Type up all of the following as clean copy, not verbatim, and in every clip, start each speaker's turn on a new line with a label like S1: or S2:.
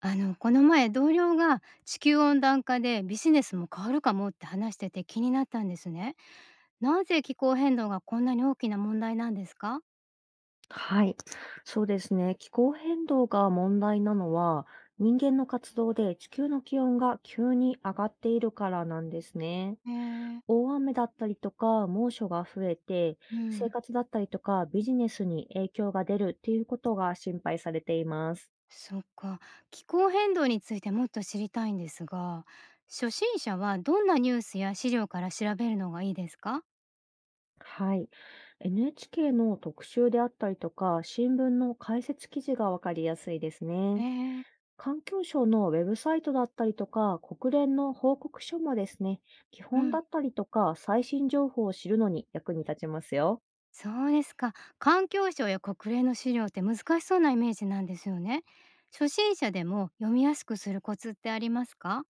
S1: この前同僚が地球温暖化でビジネスも変わるかもって話してて気になったんですね。なぜ気候変動がこんなに大きな問題なんですか？
S2: はい、そうですね。気候変動が問題なのは、人間の活動で地球の気温が急に上がっているからなんですね。
S1: へえー。
S2: 大雨だったりとか猛暑が増えて、
S1: う
S2: 生
S1: ん。
S2: 活だったりとかビジネスに影響が出るっていうことが心配されています。
S1: そっか。気候変動についてもっと知りたいんですが、初心者はどんなニュースや資料から調べるのがいいですか？
S2: はい。NHK の特集であったりとか、新聞の解説記事がわかりやすいです
S1: へ
S2: ね。
S1: えー。
S2: 環境省のウェブサイトだったりとか、国連の報告書もですね、基
S1: う
S2: 本
S1: ん。
S2: だったりとか、最新情報を知るのに役に立ちますよ。
S1: そうですか。環境省や国連の資料って難しそうなイメージなんですよね。初心者でも読みやすくするコツってありますか？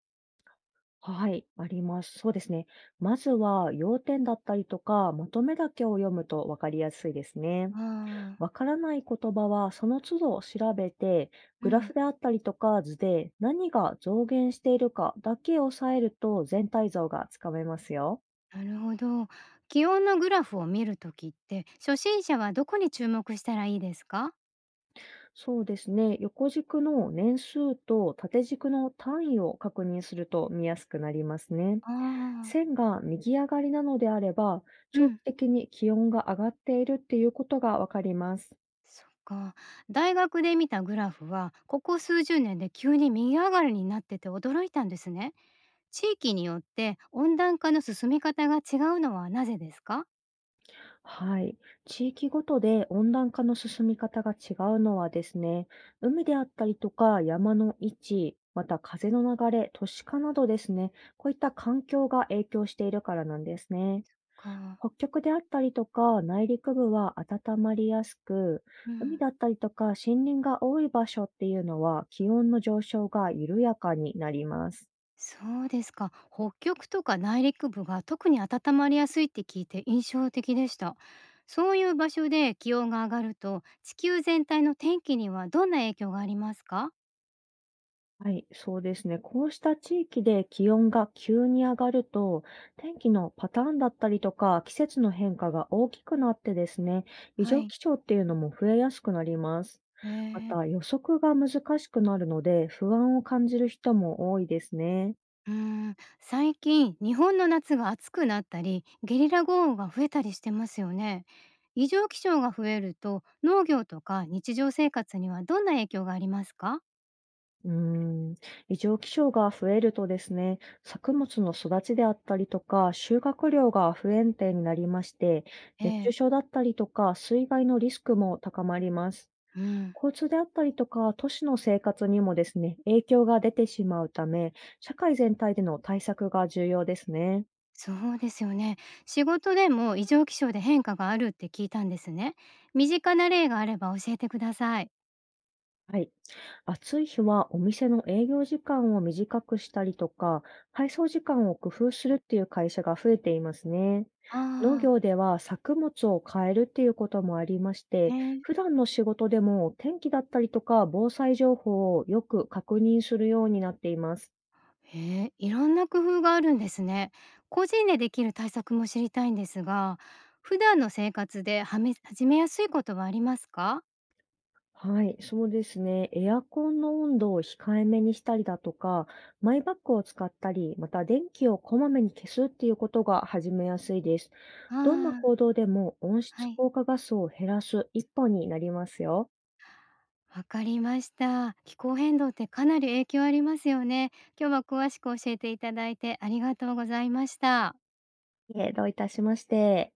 S2: はい、あります。そうですね。まずは、要点だったりとか、まとめだけを読むと分かりやすいですね。
S1: あ
S2: わ
S1: あ。
S2: からない言葉は、その都度調べて、
S1: う
S2: グラ
S1: ん。
S2: フであったりとか図で何が増減しているかだけ押さえると全体像がつかめますよ。
S1: なるほど。気温のグラフを見るときって、初心者はどこに注目したらいいですか？
S2: そうですね。横軸の年数と縦軸の単位を確認すると見やすくなりますね。
S1: ああ。
S2: 線が右上がりなのであれば、
S1: う
S2: 長期
S1: ん。
S2: 的に気温が上がっているっていうことがわかります。
S1: そっか。大学で見たグラフは、ここ数十年で急に右上がりになってて驚いたんですね。地域によって温暖化の進み方が違うのはなぜですか？
S2: はい。地域ごとで温暖化の進み方が違うのはですね、海であったりとか山の位置、また風の流れ、都市化などですね、こういった環境が影響しているからなんですね。
S1: か。
S2: 北極であったりとか、内陸部は温まりやすく、
S1: う
S2: 海
S1: ん。
S2: だったりとか森林が多い場所っていうのは気温の上昇が緩やかになります。
S1: そうですか。北極とか内陸部が特に温まりやすいって聞いて印象的でした。そういう場所で気温が上がると、地球全体の天気にはどんな影響がありますか？
S2: はい、そうですね。こうした地域で気温が急に上がると、天気のパターンだったりとか、季節の変化が大きくなってですね、異
S1: は
S2: 常
S1: い。
S2: 気象っていうのも増えやすくなります。
S1: へ
S2: ま
S1: え。
S2: た予測が難しくなるので、不安を感じる人も多いですね。
S1: うーん、最近日本の夏が暑くなったり、ゲリラ豪雨が増えたりしてますよね。異常気象が増えると、農業とか日常生活にはどんな影響がありますか？
S2: うーん、異常気象が増えるとですね、作物の育ちであったりとか、収穫量が不安定になりまして、
S1: え
S2: 熱中
S1: え。
S2: 症だったりとか、水害のリスクも高まります。
S1: うん。
S2: 交通であったりとか、都市の生活にもですね、影響が出てしまうため、社会全体での対策が重要ですね。
S1: そうですよね。仕事でも異常気象で変化があるって聞いたんですね。身近な例があれば教えてください。
S2: はい。暑い日はお店の営業時間を短くしたりとか、配送時間を工夫するっていう会社が増えていますね。農
S1: あ
S2: 業では作物を変えるっていうこともありまし
S1: あ、
S2: て、
S1: ねえ、
S2: 普段の仕事でも天気だったりとか防災情報をよく確認するようになっています。
S1: へえ、いろんな工夫があるんですね。個人でできる対策も知りたいんですが、普段の生活ではめ始めやすいことはありますか？
S2: はい、そうですね。エアコンの温度を控えめにしたりだとか、マイバッグを使ったり、また電気をこまめに消すっていうことが始めやすいです。
S1: あ
S2: どんな
S1: あ、
S2: 行動でも温
S1: は
S2: 室
S1: い。
S2: 効果ガスを減らす一歩になりますよ。
S1: わかりました。気候変動ってかなり影響ありますよね。今日は詳しく教えていただいてありがとうございました。
S2: いえ、どういたしまして。